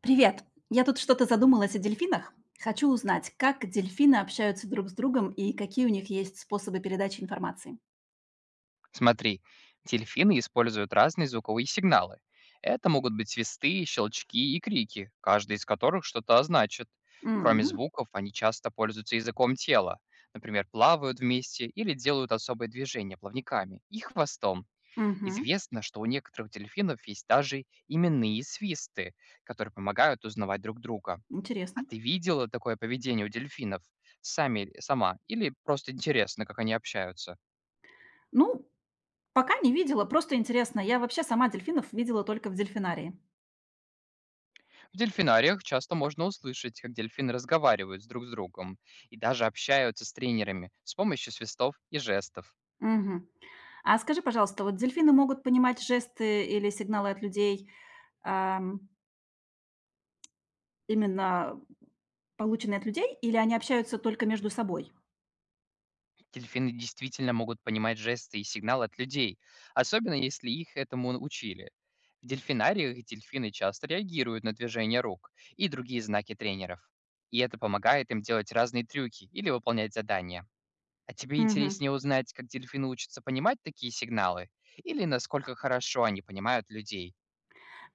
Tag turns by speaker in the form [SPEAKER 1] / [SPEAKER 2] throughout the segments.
[SPEAKER 1] Привет! Я тут что-то задумалась о дельфинах. Хочу узнать, как дельфины общаются друг с другом и какие у них есть способы передачи информации.
[SPEAKER 2] Смотри, дельфины используют разные звуковые сигналы. Это могут быть свисты, щелчки и крики, каждый из которых что-то значит. Кроме
[SPEAKER 1] М,
[SPEAKER 2] звуков, они часто пользуются языком тела. Например, плавают вместе или делают особые движения плавниками и хвостом.
[SPEAKER 1] мгм.
[SPEAKER 2] Известно, что у некоторых дельфинов есть даже именные свисты, которые помогают узнавать друг друга. А
[SPEAKER 1] Интересно.
[SPEAKER 2] ты видела такое поведение у дельфинов? Сами, сама? Или просто интересно, как они общаются?
[SPEAKER 1] Ну, пока не видела, просто интересно. Я вообще сама дельфинов видела только в дельфинарии.
[SPEAKER 2] В дельфинариях часто можно услышать, как дельфины разговаривают с друг с другом и даже общаются с тренерами с помощью свистов и жестов.
[SPEAKER 1] Мгм. А скажи, пожалуйста, вот дельфины могут понимать жесты или сигналы от людей? Именно полученные от людей или они общаются только между собой?
[SPEAKER 2] Дельфины действительно могут понимать жесты и сигналы от людей, особенно если их этому учили. В дельфинариях дельфины часто реагируют на движения рук и другие знаки тренеров. И это помогает им делать разные трюки или выполнять задания. А тебе
[SPEAKER 1] Мгм.
[SPEAKER 2] интереснее узнать, как дельфины учатся понимать такие сигналы или насколько хорошо они понимают людей?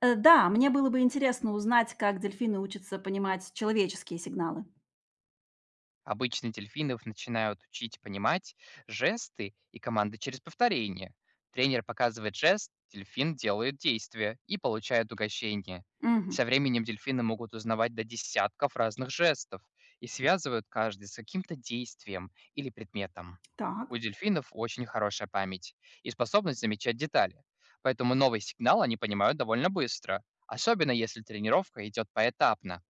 [SPEAKER 1] Да, мне было бы интересно узнать, как дельфины учатся понимать человеческие сигналы.
[SPEAKER 2] Обычно дельфинов начинают учить понимать жесты и команды через повторение. Тренер показывает жест, дельфин делает действие и получает угощение.
[SPEAKER 1] Мгм.
[SPEAKER 2] Со временем дельфины могут узнавать до десятков разных жестов и связывают каждый с каким-то действием или предметом. У
[SPEAKER 1] Так,
[SPEAKER 2] дельфинов очень хорошая память и способность замечать детали, поэтому новый сигнал они понимают довольно быстро, особенно если тренировка идет поэтапно.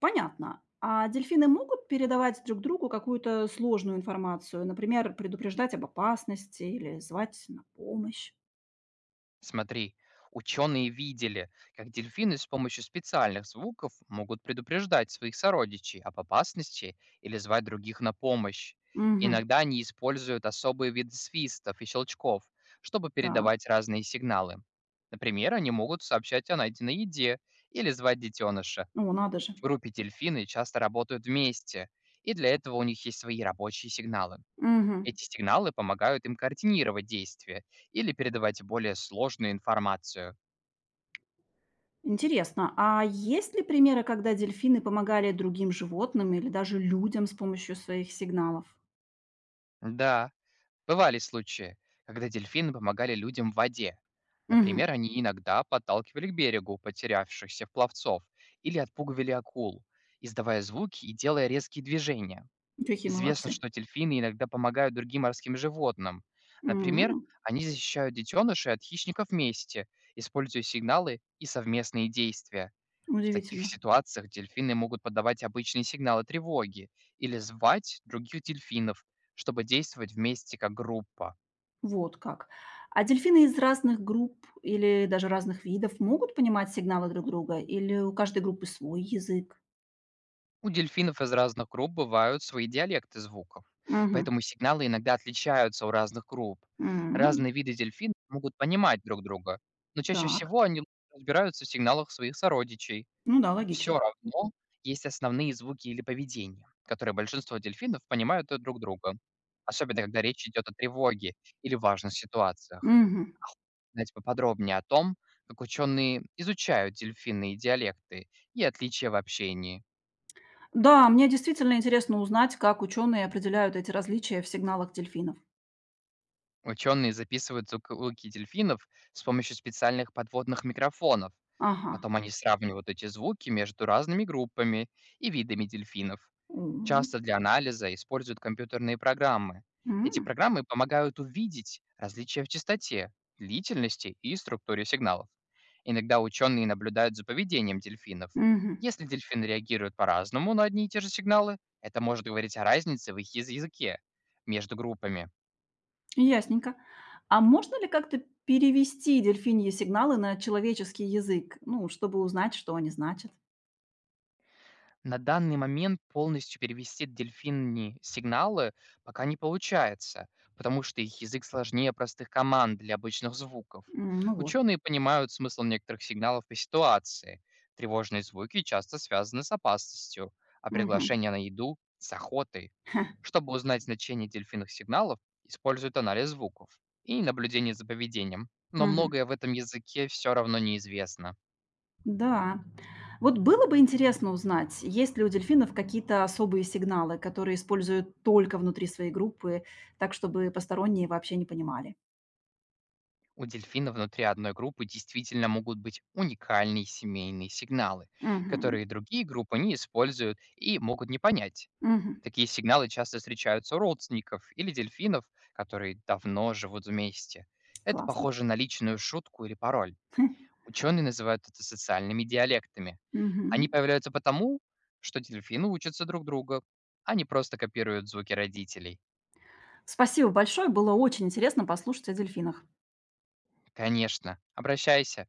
[SPEAKER 1] понятно. А дельфины могут передавать друг другу какую-то сложную информацию, например, предупреждать об опасности или звать на помощь?
[SPEAKER 2] Смотри, ученые видели, как дельфины с помощью специальных звуков могут предупреждать своих сородичей об опасности или звать других на помощь.
[SPEAKER 1] Мгм.
[SPEAKER 2] Иногда они используют особые виды свистов и щелчков, чтобы
[SPEAKER 1] Так.
[SPEAKER 2] передавать разные сигналы. Например, они могут сообщать о найденной еде или звать детеныша.
[SPEAKER 1] О, надо же.
[SPEAKER 2] В группе дельфины часто работают вместе, и для этого у них есть свои рабочие сигналы.
[SPEAKER 1] Мгм.
[SPEAKER 2] Эти сигналы помогают им координировать действия или передавать более сложную информацию.
[SPEAKER 1] Интересно, а есть ли примеры, когда дельфины помогали другим животным или даже людям с помощью своих сигналов?
[SPEAKER 2] Да, бывали случаи, когда дельфины помогали людям в воде. Например,
[SPEAKER 1] Мгм.
[SPEAKER 2] они иногда подталкивали к берегу потерявшихся пловцов или отпугивали акул, издавая звуки и делая резкие движения.
[SPEAKER 1] Какие
[SPEAKER 2] Известно,
[SPEAKER 1] молодцы.
[SPEAKER 2] что дельфины иногда помогают другим морским животным. Например,
[SPEAKER 1] М,
[SPEAKER 2] они защищают детенышей от хищников вместе, используя сигналы и совместные действия. В таких
[SPEAKER 1] удивительно.
[SPEAKER 2] ситуациях дельфины могут подавать обычные сигналы тревоги или звать других дельфинов, чтобы действовать вместе как группа.
[SPEAKER 1] Вот как. А дельфины из разных групп или даже разных видов могут понимать сигналы друг друга? Или у каждой группы свой язык?
[SPEAKER 2] У дельфинов из разных групп бывают свои диалекты звуков,
[SPEAKER 1] Мгм.
[SPEAKER 2] поэтому сигналы иногда отличаются у разных групп.
[SPEAKER 1] М,
[SPEAKER 2] Разные виды дельфинов могут понимать друг друга, но чаще
[SPEAKER 1] так.
[SPEAKER 2] всего они разбираются в сигналах своих сородичей.
[SPEAKER 1] Ну да, логично.
[SPEAKER 2] Все равно есть основные звуки или поведения, которые большинство дельфинов понимают и друг друга, особенно когда речь идет о тревоге или важных ситуациях.
[SPEAKER 1] Мгм.
[SPEAKER 2] Знаете поподробнее о том, как ученые изучают дельфинные диалекты и отличия в общении.
[SPEAKER 1] Да, мне действительно интересно узнать, как ученые определяют эти различия в сигналах дельфинов.
[SPEAKER 2] Ученые записывают звуки дельфинов с помощью специальных подводных микрофонов.
[SPEAKER 1] Ага.
[SPEAKER 2] Потом они сравнивают эти звуки между разными группами и видами дельфинов.
[SPEAKER 1] О,
[SPEAKER 2] Часто для анализа используют компьютерные программы. Эти
[SPEAKER 1] м,
[SPEAKER 2] программы помогают увидеть различия в частоте, длительности и структуре сигналов. Иногда ученые наблюдают за поведением дельфинов.
[SPEAKER 1] мгм.
[SPEAKER 2] Если дельфины реагируют по-разному на одни и те же сигналы, это может говорить о разнице в их языке между группами.
[SPEAKER 1] Ясненько. А можно ли как-то перевести дельфиньи сигналы на человеческий язык? Ну, чтобы узнать, что они значат.
[SPEAKER 2] На данный момент полностью перевести дельфиньи сигналы пока не получается, потому что их язык сложнее простых команд для обычных звуков.
[SPEAKER 1] М, ну вот.
[SPEAKER 2] Ученые понимают смысл некоторых сигналов по ситуации. Тревожные звуки часто связаны с опасностью, а
[SPEAKER 1] Мгм.
[SPEAKER 2] приглашение на еду – с охотой. Чтобы узнать значение дельфинных сигналов, используют анализ звуков и наблюдение за поведением. Но
[SPEAKER 1] Мгм.
[SPEAKER 2] многое в этом языке все равно неизвестно.
[SPEAKER 1] Да. Вот было бы интересно узнать, есть ли у дельфинов какие-то особые сигналы, которые используют только внутри своей группы, так чтобы посторонние вообще не понимали.
[SPEAKER 2] У дельфина внутри одной группы действительно могут быть уникальные семейные сигналы,
[SPEAKER 1] Мгм.
[SPEAKER 2] которые другие группы не используют и могут не понять.
[SPEAKER 1] Мгм.
[SPEAKER 2] Такие сигналы часто встречаются у родственников или дельфинов, которые давно живут вместе. Это
[SPEAKER 1] Классно.
[SPEAKER 2] похоже на личную шутку или пароль. Ученые называют это социальными диалектами. Они
[SPEAKER 1] Мгм.
[SPEAKER 2] появляются потому, что дельфины учатся друг друга, а не просто копируют звуки родителей.
[SPEAKER 1] Спасибо большое, было очень интересно послушать о дельфинах.
[SPEAKER 2] Конечно, обращайся.